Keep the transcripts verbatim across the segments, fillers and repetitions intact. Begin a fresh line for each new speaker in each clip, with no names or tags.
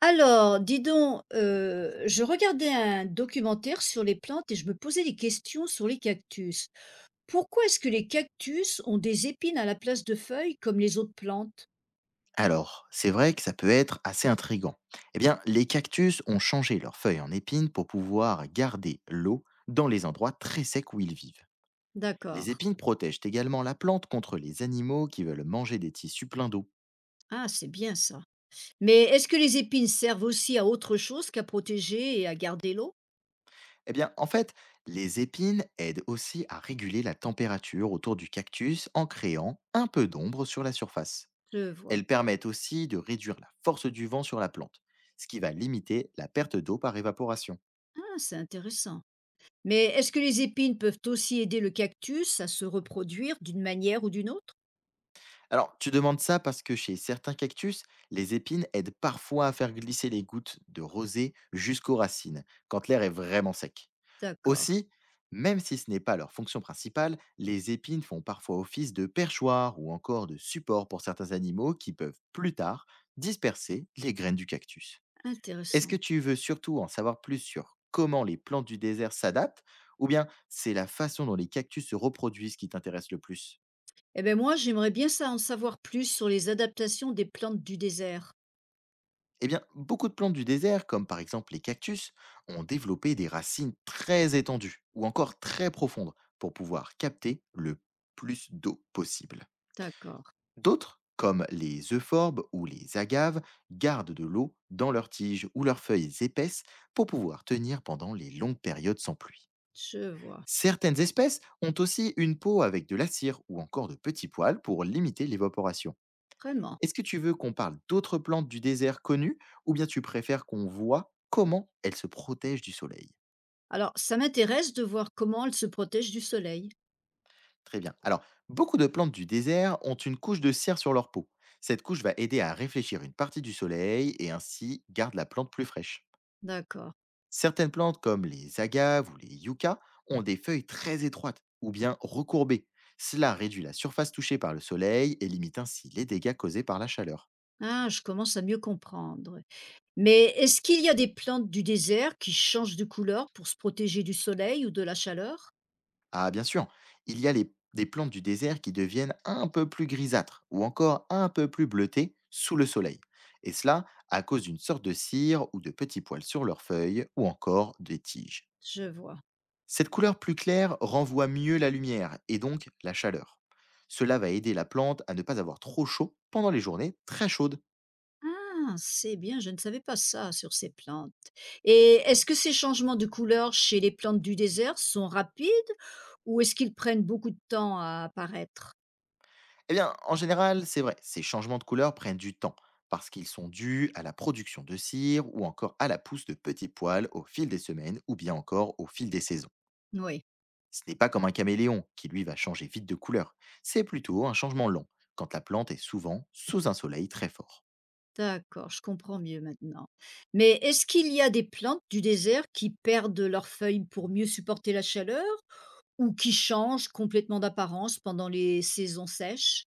Alors, dis donc, heu, je regardais un documentaire sur les plantes et je me posais des questions sur les cactus. Pourquoi est-ce que les cactus ont des épines à la place de feuilles comme les autres plantes?
Alors, c'est vrai que ça peut être assez intrigant. Eh bien, les cactus ont changé leurs feuilles en épines pour pouvoir garder l'eau dans les endroits très secs où ils vivent. Les
D'accord.
épines protègent également la plante contre les animaux qui veulent manger des tissus pleins d'eau.
Ah, c'est bien ça. Mais est-ce que les épines servent aussi à autre chose qu'à protéger et à garder l'eau?
Eh bien, en fait, les épines aident aussi à réguler la température autour du cactus en créant un peu d'ombre sur la surface.
Je vois.
Elles permettent aussi de réduire la force du vent sur la plante, ce qui va limiter la perte d'eau par évaporation.
Ah, c'est intéressant. Mais est-ce que les épines peuvent aussi aider le cactus à se reproduire d'une manière ou d'une autre?
Alors, tu demandes ça parce que chez certains cactus, les épines aident parfois à faire glisser les gouttes de rosée jusqu'aux racines, quand l'air est vraiment sec.
D'accord,
Aussi, même si ce n'est pas leur fonction principale, les épines font parfois office de perchoir ou encore de support pour certains animaux qui peuvent plus tard disperser les graines du cactus. Est-ce que
intéressant.
tu veux surtout en savoir plus sur comment les plantes du désert s'adaptent, ou bien c'est la façon dont les cactus se reproduisent qui t'intéresse le plus?
Eh ben moi, j'aimerais bien ça en savoir plus sur les adaptations des plantes du désert.
Eh bien, beaucoup de plantes du désert, comme par exemple les cactus, ont développé des racines très étendues ou encore très profondes pour pouvoir capter le plus d'eau possible.
D'accord,
D'autres, comme les euphorbes ou les agaves, gardent de l'eau dans leurs tiges ou leurs feuilles épaisses pour pouvoir tenir pendant les longues périodes sans pluie.
je vois,
Certaines espèces ont aussi une peau avec de la cire ou encore de petits poils pour limiter l'évaporation.
vraiment.
Est-ce que tu veux qu'on parle d'autres plantes du désert connues, ou bien tu préfères qu'on voit comment elles se protègent du soleil?
Alors, ça m'intéresse de voir comment elles se protègent du soleil.
Très bien. Alors, beaucoup de plantes du désert ont une couche de cire sur leur peau. Cette couche va aider à réfléchir une partie du soleil et ainsi garde la plante plus fraîche.
D'accord.
Certaines plantes comme les agaves ou les yuccas ont des feuilles très étroites ou bien recourbées. Cela réduit la surface touchée par le soleil et limite ainsi les dégâts causés par la chaleur.
Ah, je commence à mieux comprendre. Mais est-ce qu'il y a des plantes du désert qui changent de couleur pour se protéger du soleil ou de la chaleur?
Ah, bien sûr, il y a les- des plantes du désert qui deviennent un peu plus grisâtres ou encore un peu plus bleutées sous le soleil. Et cela à cause d'une sorte de cire ou de petits poils sur leurs feuilles ou encore des tiges.
Je vois.
Cette couleur plus claire renvoie mieux la lumière et donc la chaleur. Cela va aider la plante à ne pas avoir trop chaud pendant les journées très chaudes.
Ah, c'est bien, je ne savais pas ça sur ces plantes. Et est-ce que ces changements de couleur chez les plantes du désert sont rapides ou est-ce qu'ils prennent beaucoup de temps à apparaître?
Eh bien, en général, c'est vrai, ces changements de couleur prennent du temps, parce qu'ils sont dus à la production de cire ou encore à la pousse de petits poils au fil des semaines ou bien encore au fil des saisons.
Oui,
Ce n'est pas comme un caméléon qui, lui, va changer vite de couleur. C'est plutôt un changement lent, quand la plante est souvent sous un soleil très fort.
d'accord, je comprends mieux maintenant. Mais est-ce qu'il y a des plantes du désert qui perdent leurs feuilles pour mieux supporter la chaleur ou qui changent complètement d'apparence pendant les saisons sèches?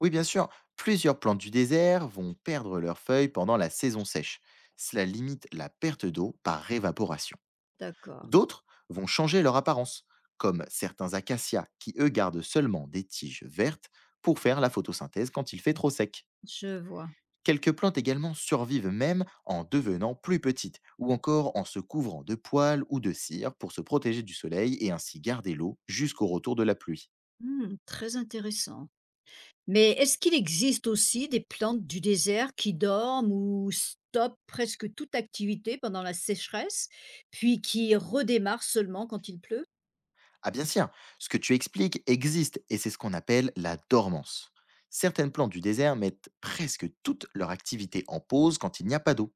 Oui, bien sûr, plusieurs plantes du désert vont perdre leurs feuilles pendant la saison sèche. Cela limite la perte d'eau par évaporation.
D'accord,
D'autres vont changer leur apparence, comme certains acacias qui, eux, gardent seulement des tiges vertes pour faire la photosynthèse quand il fait trop sec.
je vois.
Quelques plantes également survivent même en devenant plus petites ou encore en se couvrant de poils ou de cire pour se protéger du soleil et ainsi garder l'eau jusqu'au retour de la pluie.
Hmm, très intéressant. Mais est-ce qu'il existe aussi des plantes du désert qui dorment ou stoppent presque toute activité pendant la sécheresse, puis qui redémarrent seulement quand il pleut?
Ah bien sûr, ce que tu expliques existe et c'est ce qu'on appelle la dormance. Certaines plantes du désert mettent presque toute leur activité en pause quand il n'y a pas d'eau.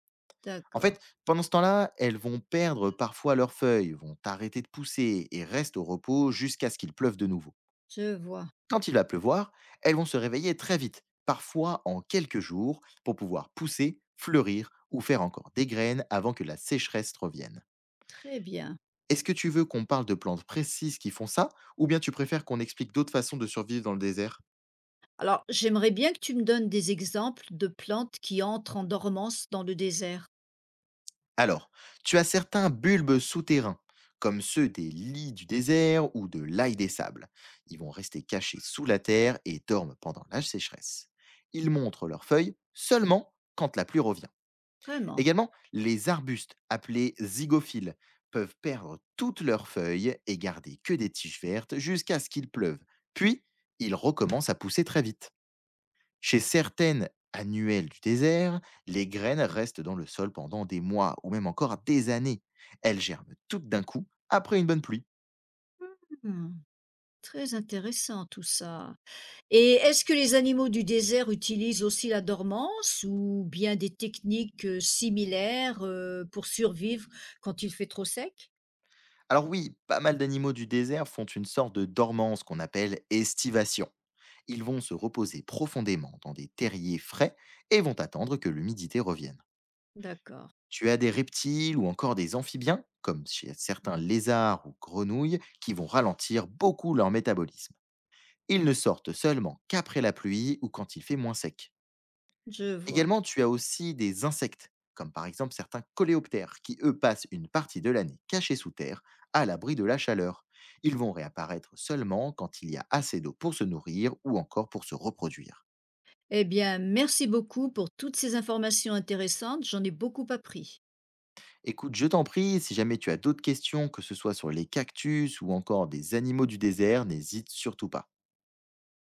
En
D'accord,
fait, pendant ce temps-là, elles vont perdre parfois leurs feuilles, vont arrêter de pousser et restent au repos jusqu'à ce qu'il pleuve de nouveau.
je vois.
Quand il va pleuvoir, elles vont se réveiller très vite, parfois en quelques jours, pour pouvoir pousser, fleurir ou faire encore des graines avant que la sécheresse revienne.
Très bien.
Est-ce que tu veux qu'on parle de plantes précises qui font ça, ou bien tu préfères qu'on explique d'autres façons de survivre dans le désert?
Alors, j'aimerais bien que tu me donnes des exemples de plantes qui entrent en dormance dans le désert.
Alors, tu as certains bulbes souterrains, comme ceux des lys du désert ou de l'ail des sables. Ils vont rester cachés sous la terre et dorment pendant la sécheresse. Ils montrent leurs feuilles seulement quand la pluie revient.
Vraiment.
Également, les arbustes, appelés zygophiles, peuvent perdre toutes leurs feuilles et garder que des tiges vertes jusqu'à ce qu'il pleuve. Puis, ils recommencent à pousser très vite. Chez certaines annuelles du désert, les graines restent dans le sol pendant des mois ou même encore des années. Elles germent toutes d'un coup après une bonne pluie.
Hmm, très intéressant tout ça. Et est-ce que les animaux du désert utilisent aussi la dormance ou bien des techniques, heu, similaires, heu, pour survivre quand il fait trop sec?
Alors oui, pas mal d'animaux du désert font une sorte de dormance qu'on appelle estivation. Ils vont se reposer profondément dans des terriers frais et vont attendre que l'humidité revienne.
D'accord,
Tu as des reptiles ou encore des amphibiens, comme chez certains lézards ou grenouilles, qui vont ralentir beaucoup leur métabolisme. Ils ne sortent seulement qu'après la pluie ou quand il fait moins sec.
je vois.
Également, tu as aussi des insectes, comme par exemple certains coléoptères, qui eux passent une partie de l'année cachés sous terre, à l'abri de la chaleur. Ils vont réapparaître seulement quand il y a assez d'eau pour se nourrir ou encore pour se reproduire.
Eh bien, merci beaucoup pour toutes ces informations intéressantes, j'en ai beaucoup appris.
Écoute, je t'en prie, si jamais tu as d'autres questions, que ce soit sur les cactus ou encore des animaux du désert, n'hésite surtout pas.